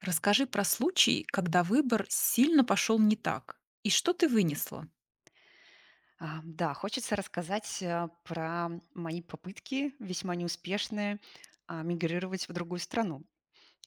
Расскажи про случай, когда выбор сильно пошел не так. И что ты вынесла? Да, хочется рассказать про мои попытки, весьма неуспешные, мигрировать в другую страну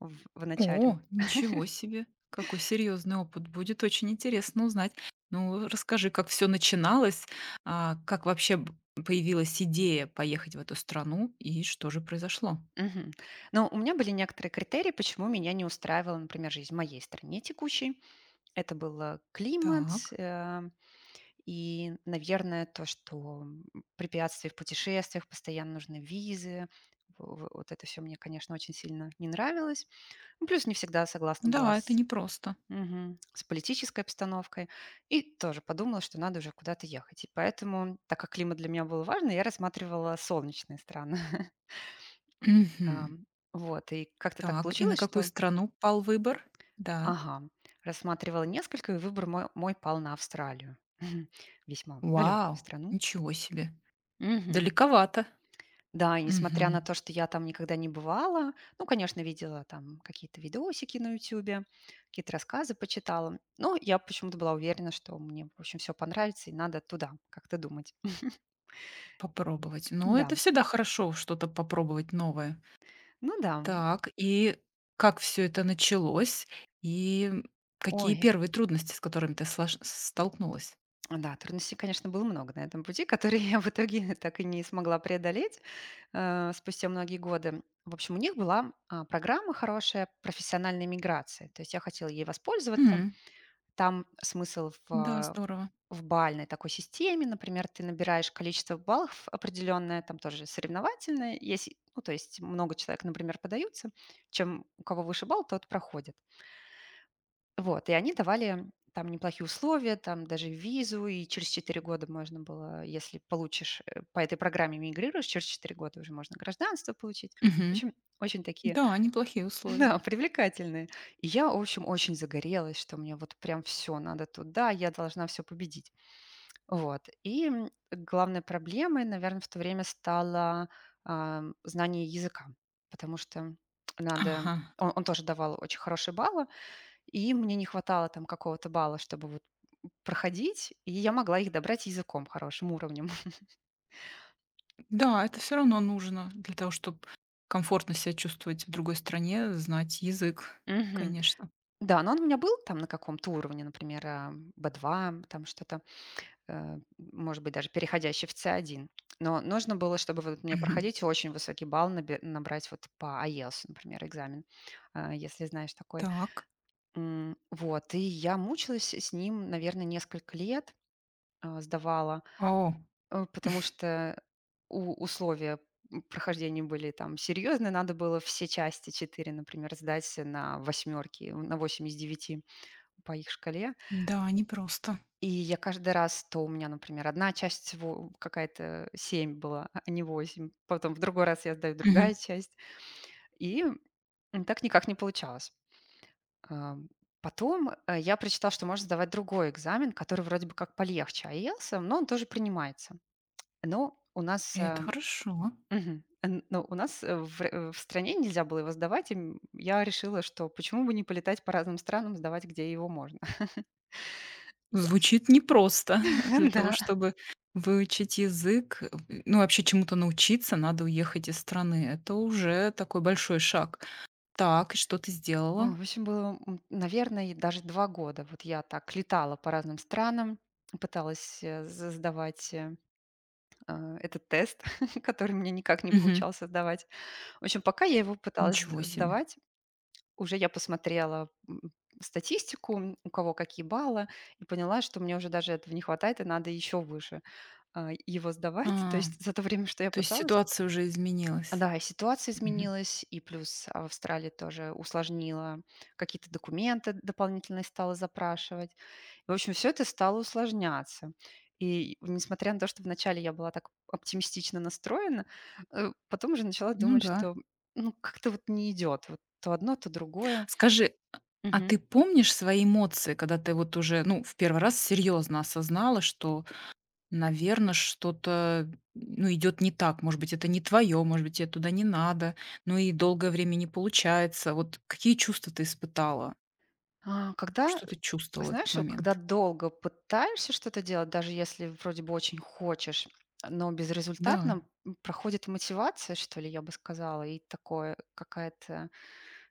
в начале. О, ничего себе! Какой серьезный опыт. Будет очень интересно узнать. Ну, расскажи, как все начиналось, как вообще появилась идея поехать в эту страну и что же произошло? Мгм. Но у меня были некоторые критерии, почему меня не устраивала, например, жизнь в моей стране текущей. Это был климат Так, э, и, наверное, то, что препятствия в путешествиях, постоянно нужны визы. Вот это все мне, конечно, очень сильно не нравилось. Ну, плюс не всегда согласна была. да, это непросто. Мгм. С политической обстановкой. И тоже подумала, что надо уже куда-то ехать. И поэтому, так как климат для меня был важный, я рассматривала солнечные страны. Мгм. Ам, Вот, и как-то так Так, и на получилось, какую что страну пал выбор? Да. ага, рассматривала несколько, и выбор мой пал на Австралию. Весьма далекую Вау, страну. ничего себе. Мгм. Далековато. Да, и несмотря на Мгм. то, что я там никогда не бывала, ну, конечно, видела там какие-то видосики на "Ютюбе", какие-то рассказы почитала, но я почему-то была уверена, что мне, в общем, все понравится и надо туда как-то думать. Попробовать. Ну, Да, это всегда хорошо что-то попробовать новое. ну да. Так, и как все это началось? И какие Ой, первые трудности, с которыми ты слож столкнулась? да, трудностей, конечно, было много на этом пути, которые я в итоге так и не смогла преодолеть, спустя многие годы. В общем, у них была, программа хорошая профессиональной миграции, то есть я хотела ей воспользоваться. М, Там смысл да, здорово. в бальной такой системе, например, ты набираешь количество баллов определенное, там тоже соревновательное, если, ну, то есть много человек, например, подаются, чем у кого выше балл, тот проходит. Вот, и они давали там неплохие условия, там даже визу, и через 4 года можно было, если получишь, по этой программе мигрируешь, через 4 года уже можно гражданство получить. В Мгм. общем, очень такие, Да, неплохие условия. да, привлекательные. И я, в общем, очень загорелась, что мне вот прям все надо туда, я должна все победить. Вот. Главной проблемой, наверное, в то время стало, знание языка, потому что надо Ага. он тоже давал очень хорошие баллы, и мне не хватало там какого-то балла, чтобы вот проходить, и я могла их добрать языком, хорошим уровнем. Да, это все равно нужно для того, чтобы комфортно себя чувствовать в другой стране, знать язык, Мгм. конечно. Да, но он у меня был там на каком-то уровне, например, Б2, там что-то. Э, может быть, даже переходящий в C1. Но нужно было, чтобы вот мне Мгм. проходить очень высокий балл, набрать вот по IELTS, например, экзамен, если знаешь такой. Так. Вот, и я мучилась с ним, наверное, несколько лет, сдавала, О, потому что условия прохождения были там серьезные, надо было все части 4, например, сдать на восьмерки, на 8 из 9 по их шкале. да, непросто. И я каждый раз, то у меня, например, одна часть во какая-то 7 была, а не 8. Потом в другой раз я сдаю Мгм. другая часть. И, так никак не получалось. Ам, Потом, я прочитала, что можно сдавать другой экзамен, который вроде бы как полегче IELTS, но он тоже принимается. Но у нас, Это хорошо. В стране нельзя было его сдавать, и, я решила, что почему бы не полетать по разным странам, сдавать, где его можно. Звучит непросто. Для того, Да. чтобы выучить язык, ну, вообще чему-то научиться, надо уехать из страны. Это уже такой большой шаг. Так, и что ты сделала? Ой, в общем, было, наверное, даже 2 года. Вот я так летала по разным странам, пыталась, э, з сдавать, этот тест, который мне никак не Мгм. получался сдавать. В общем, пока я его пыталась сд Ничего себе. сдавать, уже я посмотрела, статистику, у кого какие баллы, и поняла, что мне уже даже этого не хватает и надо еще выше, его сдавать. То А, есть за то время, что я то есть пыталась. ситуация уже изменилась. Да, и ситуация Мгм. изменилась, и плюс Австралия тоже усложнила, какие-то документы дополнительные стала запрашивать. В общем, все это стало усложняться. И несмотря на то, что вначале я была так оптимистично настроена, потом уже начала Ну думать, да. что, ну, как-то вот не идет, вот то одно, то другое. Скажи, а Мгм. ты помнишь свои эмоции, когда ты вот уже, ну, в первый раз серьезно осознала, что наверное, что-то, ну, идет не так. Может быть, это не твое, может быть, те туда не надо. Ну и долгое время не получается. Вот какие чувства ты испытала? А, когда Что ты чувствовала в этот Знаешь, вот когда момент? долго пытаешься что-то делать, даже если вроде бы очень хочешь, но безрезультатно, Да. Проходит мотивация, что ли, я бы сказала, и такое какая-то,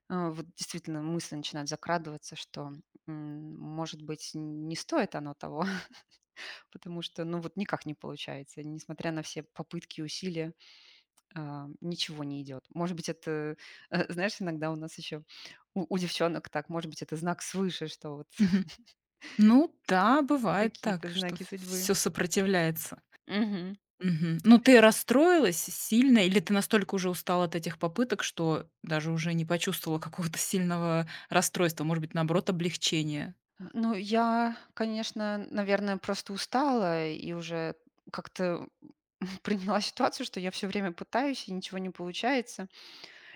вот действительно мысль начинает закрадываться, что, может быть, не стоит оно того, потому что, ну, вот никак не получается, несмотря на все попытки, усилия, ничего не идет. Может быть, это, знаешь, иногда у нас еще у девчонок так, может быть, это знак свыше, что вот Мгм. Ну да, бывает какие-то так, что знаки судьбы. все сопротивляется. Мгм. Мгм. Но ты расстроилась сильно или ты настолько уже устала от этих попыток, что даже уже не почувствовала какого-то сильного расстройства, может быть, наоборот, облегчения? Ну, я, конечно, наверное, просто устала и уже как-то приняла ситуацию, что я все время пытаюсь, и ничего не получается.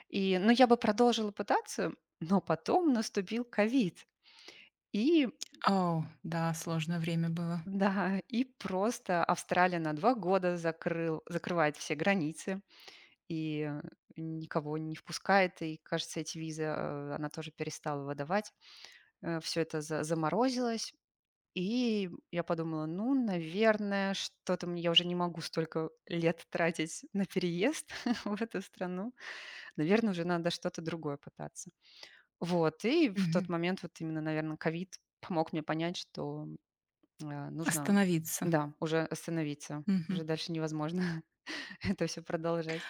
И, ну, я бы продолжила пытаться, но потом наступил ковид. И О да, сложное время было. да, и просто Австралия на 2 года закрыл закрывает все границы и, никого не впускает. И, кажется, эти визы, она тоже перестала выдавать. Все это за заморозилось. И я подумала, ну, наверное, что-то я уже не могу столько лет тратить на переезд в эту страну. Наверное, уже надо что-то другое пытаться. Вот, и в тот Мгм. момент вот именно, наверное, ковид помог мне понять, что нужно, Остановиться. да, уже остановиться. Мгм. Уже дальше невозможно это все продолжать.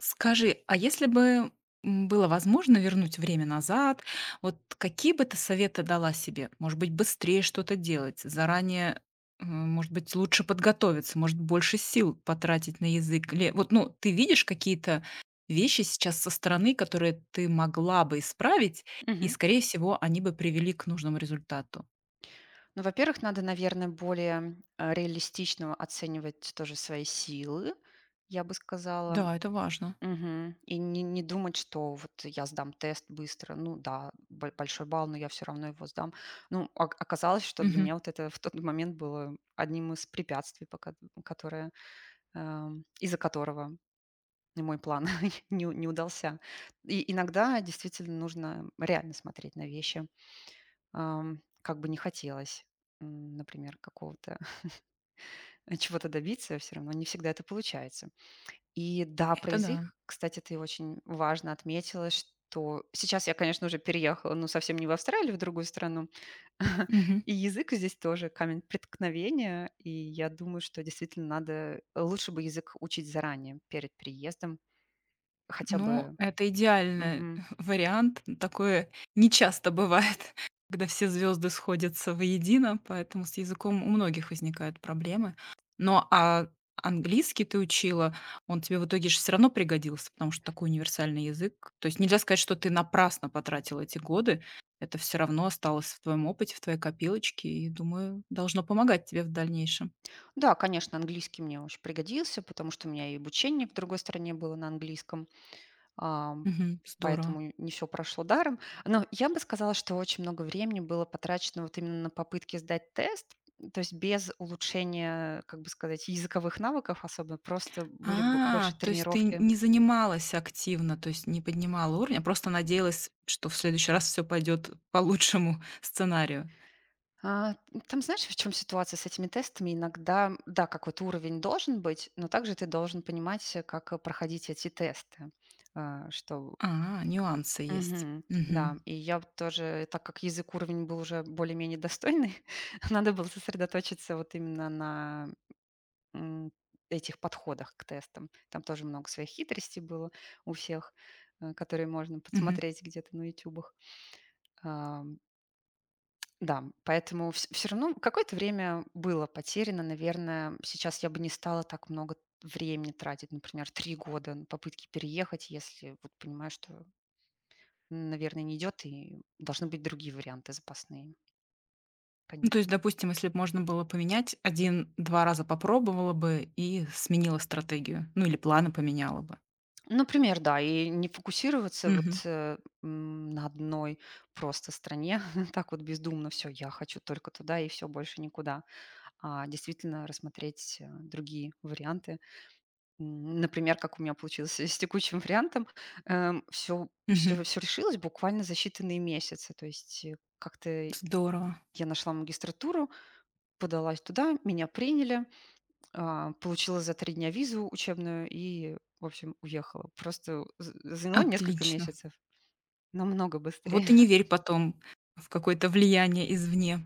Скажи, а если бы, было возможно вернуть время назад, вот какие бы ты советы дала себе? Может быть, быстрее что-то делать, заранее, может быть, лучше подготовиться, может, больше сил потратить на язык? Или вот, ну, ты видишь какие-то вещи сейчас со стороны, которые ты могла бы исправить, и, Мгм. скорее всего, они бы привели к нужному результату? Ну, во-первых, надо, наверное, более реалистично оценивать тоже свои силы, я бы сказала. Да, это важно. Мгм. И не думать, что вот я сдам тест быстро. Ну да, бо большой балл, но я все равно его сдам. Ну, оказалось, что для Мгм. меня вот это в тот момент было одним из препятствий, которое, из-за которого мой план не удался. И иногда действительно нужно реально смотреть на вещи, как бы не хотелось, например, какого-то чего-то добиться, все равно не всегда это получается. И да, про Это да. язык, кстати, ты очень важно отметила, что сейчас я, конечно, уже переехала, ну, совсем не в Австралию, а в другую страну. Мгм. И язык здесь тоже камень преткновения. И я думаю, что действительно надо лучше бы язык учить заранее, перед переездом. Хотя Ну, бы. это идеальный Мгм. вариант. Такое не часто бывает, когда все звезды сходятся воедино, поэтому с языком у многих возникают проблемы. Но а английский ты учила, он тебе в итоге же все равно пригодился, потому что такой универсальный язык. То есть нельзя сказать, что ты напрасно потратила эти годы. Это все равно осталось в твоем опыте, в твоей копилочке, и, думаю, должно помогать тебе в дальнейшем. Да, конечно, английский мне очень пригодился, потому что у меня и обучение в другой стране было на английском. Ам, Мгм. Здорово. Поэтому не все прошло даром. Но я бы сказала, что очень много времени было потрачено вот именно на попытки сдать тест. То есть без улучшения, как бы сказать, языковых навыков особенно просто были б А, больше то есть ты тренировки. не занималась активно, то есть не поднимала уровень, а просто надеялась, что в следующий раз все пойдет по лучшему сценарию. А, там знаешь, в чем ситуация с этими тестами? Иногда, да, какой-то уровень должен быть, но также ты должен понимать, как проходить эти тесты. А, что А, нюансы есть. Мгм. Да, Мгм. и я вот тоже, так как язык уровень был уже более-менее достойный, надо было сосредоточиться вот именно на м, этих подходах к тестам. Там тоже много своих хитростей было у всех, которые можно Мгм. подсмотреть где-то на ютубах. А, Да, поэтому все равно какое-то время было потеряно, наверное. Сейчас я бы не стала так много времени тратить, например, 3 года на попытки переехать, если вот понимаю, что наверное, не идет, и должны быть другие варианты запасные, Ну, то конечно. есть, допустим, если бы можно было поменять, один-два раза попробовала бы и сменила стратегию, ну или планы поменяла бы. Ну, например, да, и не фокусироваться вот, Мгм. На одной просто стране, так вот бездумно: все. Я хочу только туда и все больше никуда". А действительно рассмотреть, другие варианты. Например, как у меня получилось с текущим вариантом, все Мгм. все все решилось буквально за считанные месяцы. То есть, как-то Здорово. я нашла магистратуру, подалась туда, меня приняли. Получила за 3 дня визу учебную и, в общем, уехала. Просто з заняло несколько Отлично. месяцев. Намного Вот быстрее. и не верь потом в какое-то влияние извне.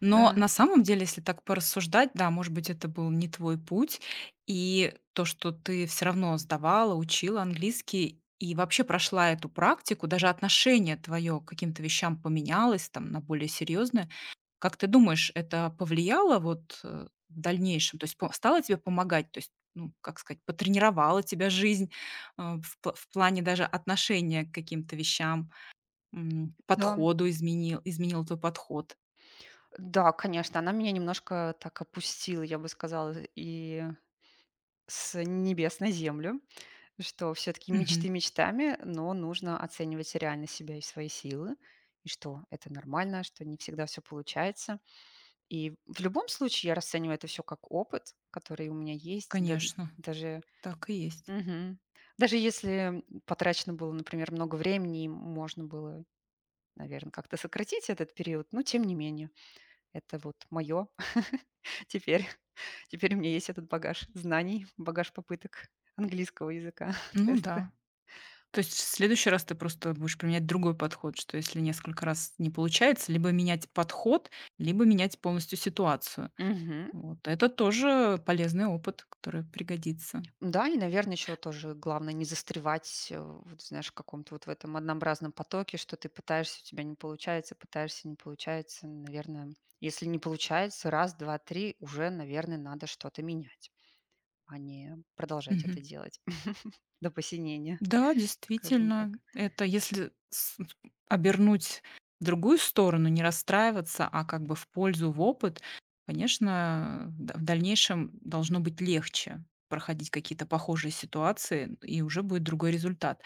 Но Да, на самом деле, если так порассуждать, да, может быть, это был не твой путь, и то, что ты все равно сдавала, учила английский и вообще прошла эту практику, даже отношение твое к каким-то вещам поменялось там на более серьезное. Как ты думаешь, это повлияло вот, в дальнейшем? То есть по стало тебе помогать? То есть, ну, как сказать, потренировала тебя жизнь, в плане даже отношения к каким-то вещам? М, да. подходу изменил твой подход. Да, конечно, она меня немножко так опустила, я бы сказала, и с небес на землю, что все таки Мгм. мечты мечтами, но нужно оценивать реально себя и свои силы, и что это нормально, что не всегда все получается. И в любом случае я расцениваю это все как опыт, который у меня есть. Да Конечно, даже так и есть. Мгм. Даже если потрачено было, например, много времени, и можно было, наверное, как-то сократить этот период, но тем не менее. Это вот мое. теперь. Теперь у меня есть этот багаж знаний, багаж попыток английского языка, Ну теста. да. То есть в следующий раз ты просто будешь применять другой подход, что если несколько раз не получается, либо менять подход, либо менять полностью ситуацию. Мгм. Вот. Это тоже полезный опыт, который пригодится. Да, и, наверное, еще тоже главное не застревать, вот знаешь, в каком-то вот в этом однообразном потоке, что ты пытаешься, у тебя не получается, пытаешься, не получается. Наверное, если не получается раз, 2, 3, уже, наверное, надо что-то менять, а не продолжать это Мгм. делать до посинения, Да, скажем действительно, так. это если с обернуть в другую сторону, не расстраиваться, а как бы в пользу, в опыт, конечно, да, в дальнейшем должно быть легче проходить какие-то похожие ситуации, и уже будет другой результат.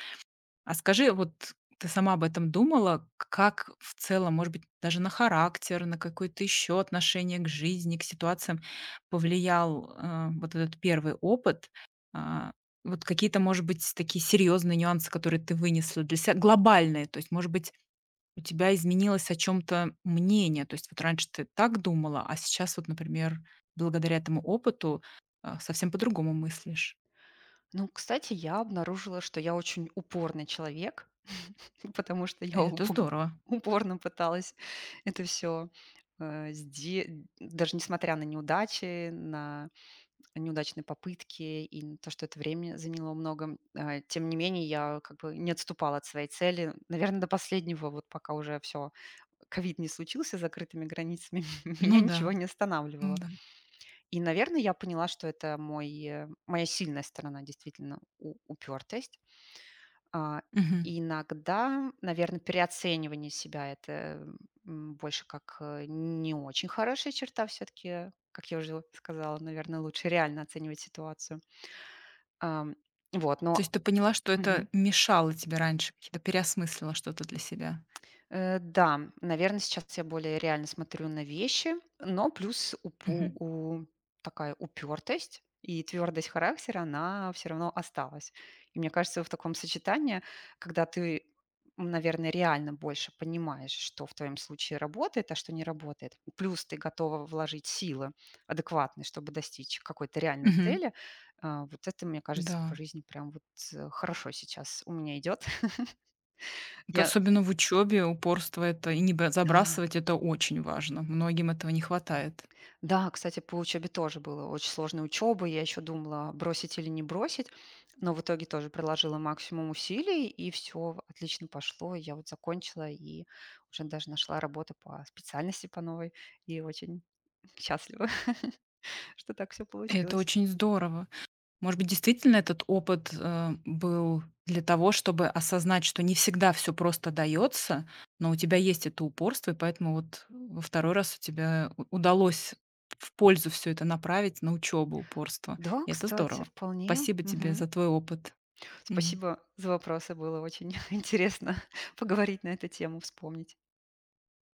А скажи, вот ты сама об этом думала? К Как в целом, может быть, даже на характер, на какое-то еще отношение к жизни, к ситуациям повлиял, вот этот первый опыт? А, вот какие-то, может быть, такие серьезные нюансы, которые ты вынесла для себя, глобальные. То есть, может быть, у тебя изменилось о чем то мнение. То есть вот раньше ты так думала, а сейчас вот, например, благодаря этому опыту, совсем по-другому мыслишь. Ну, кстати, я обнаружила, что я очень упорный человек, потому что я Это здорово. упорно пыталась это все даже несмотря на неудачи, на неудачные попытки и на то, что это время заняло много, тем не менее я как бы не отступала от своей цели, наверное, до последнего, вот пока уже все ковид не случился с закрытыми границами, Ну меня ничего да, не ну останавливало. да. И, наверное, я поняла, что это моя сильная сторона, действительно, упертость. А, Мгм. Иногда, наверное, переоценивание себя– это больше как не очень хорошая черта все-таки, как я уже сказала, наверное, лучше реально оценивать ситуацию. Ам, вот, То но... есть ты поняла, что это мешало тебе раньше, какие-то переосмыслила что-то для себя. Да, наверное, сейчас я более реально смотрю на вещи, но плюс упу Мгм. у такая упертость и твердость характера, она все равно осталась. И мне кажется, в таком сочетании, когда ты, наверное, реально больше понимаешь, что в твоем случае работает, а что не работает, плюс ты готова вложить силы адекватные, чтобы достичь какой-то реальной Мгм. цели, вот это, мне кажется, по Да. жизни прям вот хорошо сейчас у меня идет. Это Я, особенно в учебе упорство это и не б да, забрасывать это очень важно. Многим этого не хватает. Да, кстати, по учебе тоже было очень сложная учеба. Я еще думала, бросить или не бросить, но в итоге тоже приложила максимум усилий, и все отлично пошло. Я вот закончила и уже даже нашла работу по специальности по новой, и очень счастлива, что так все И это получилось. очень здорово. Может быть, действительно этот опыт, был для того, чтобы осознать, что не всегда все просто дается, но у тебя есть это упорство, и поэтому вот во второй раз у тебя у удалось в пользу все это направить на учебу, упорство. Да, И это кстати, здорово. вполне. Спасибо тебе Мгм. за твой опыт. Мгм. Спасибо за вопросы, было очень интересно поговорить на эту тему, вспомнить.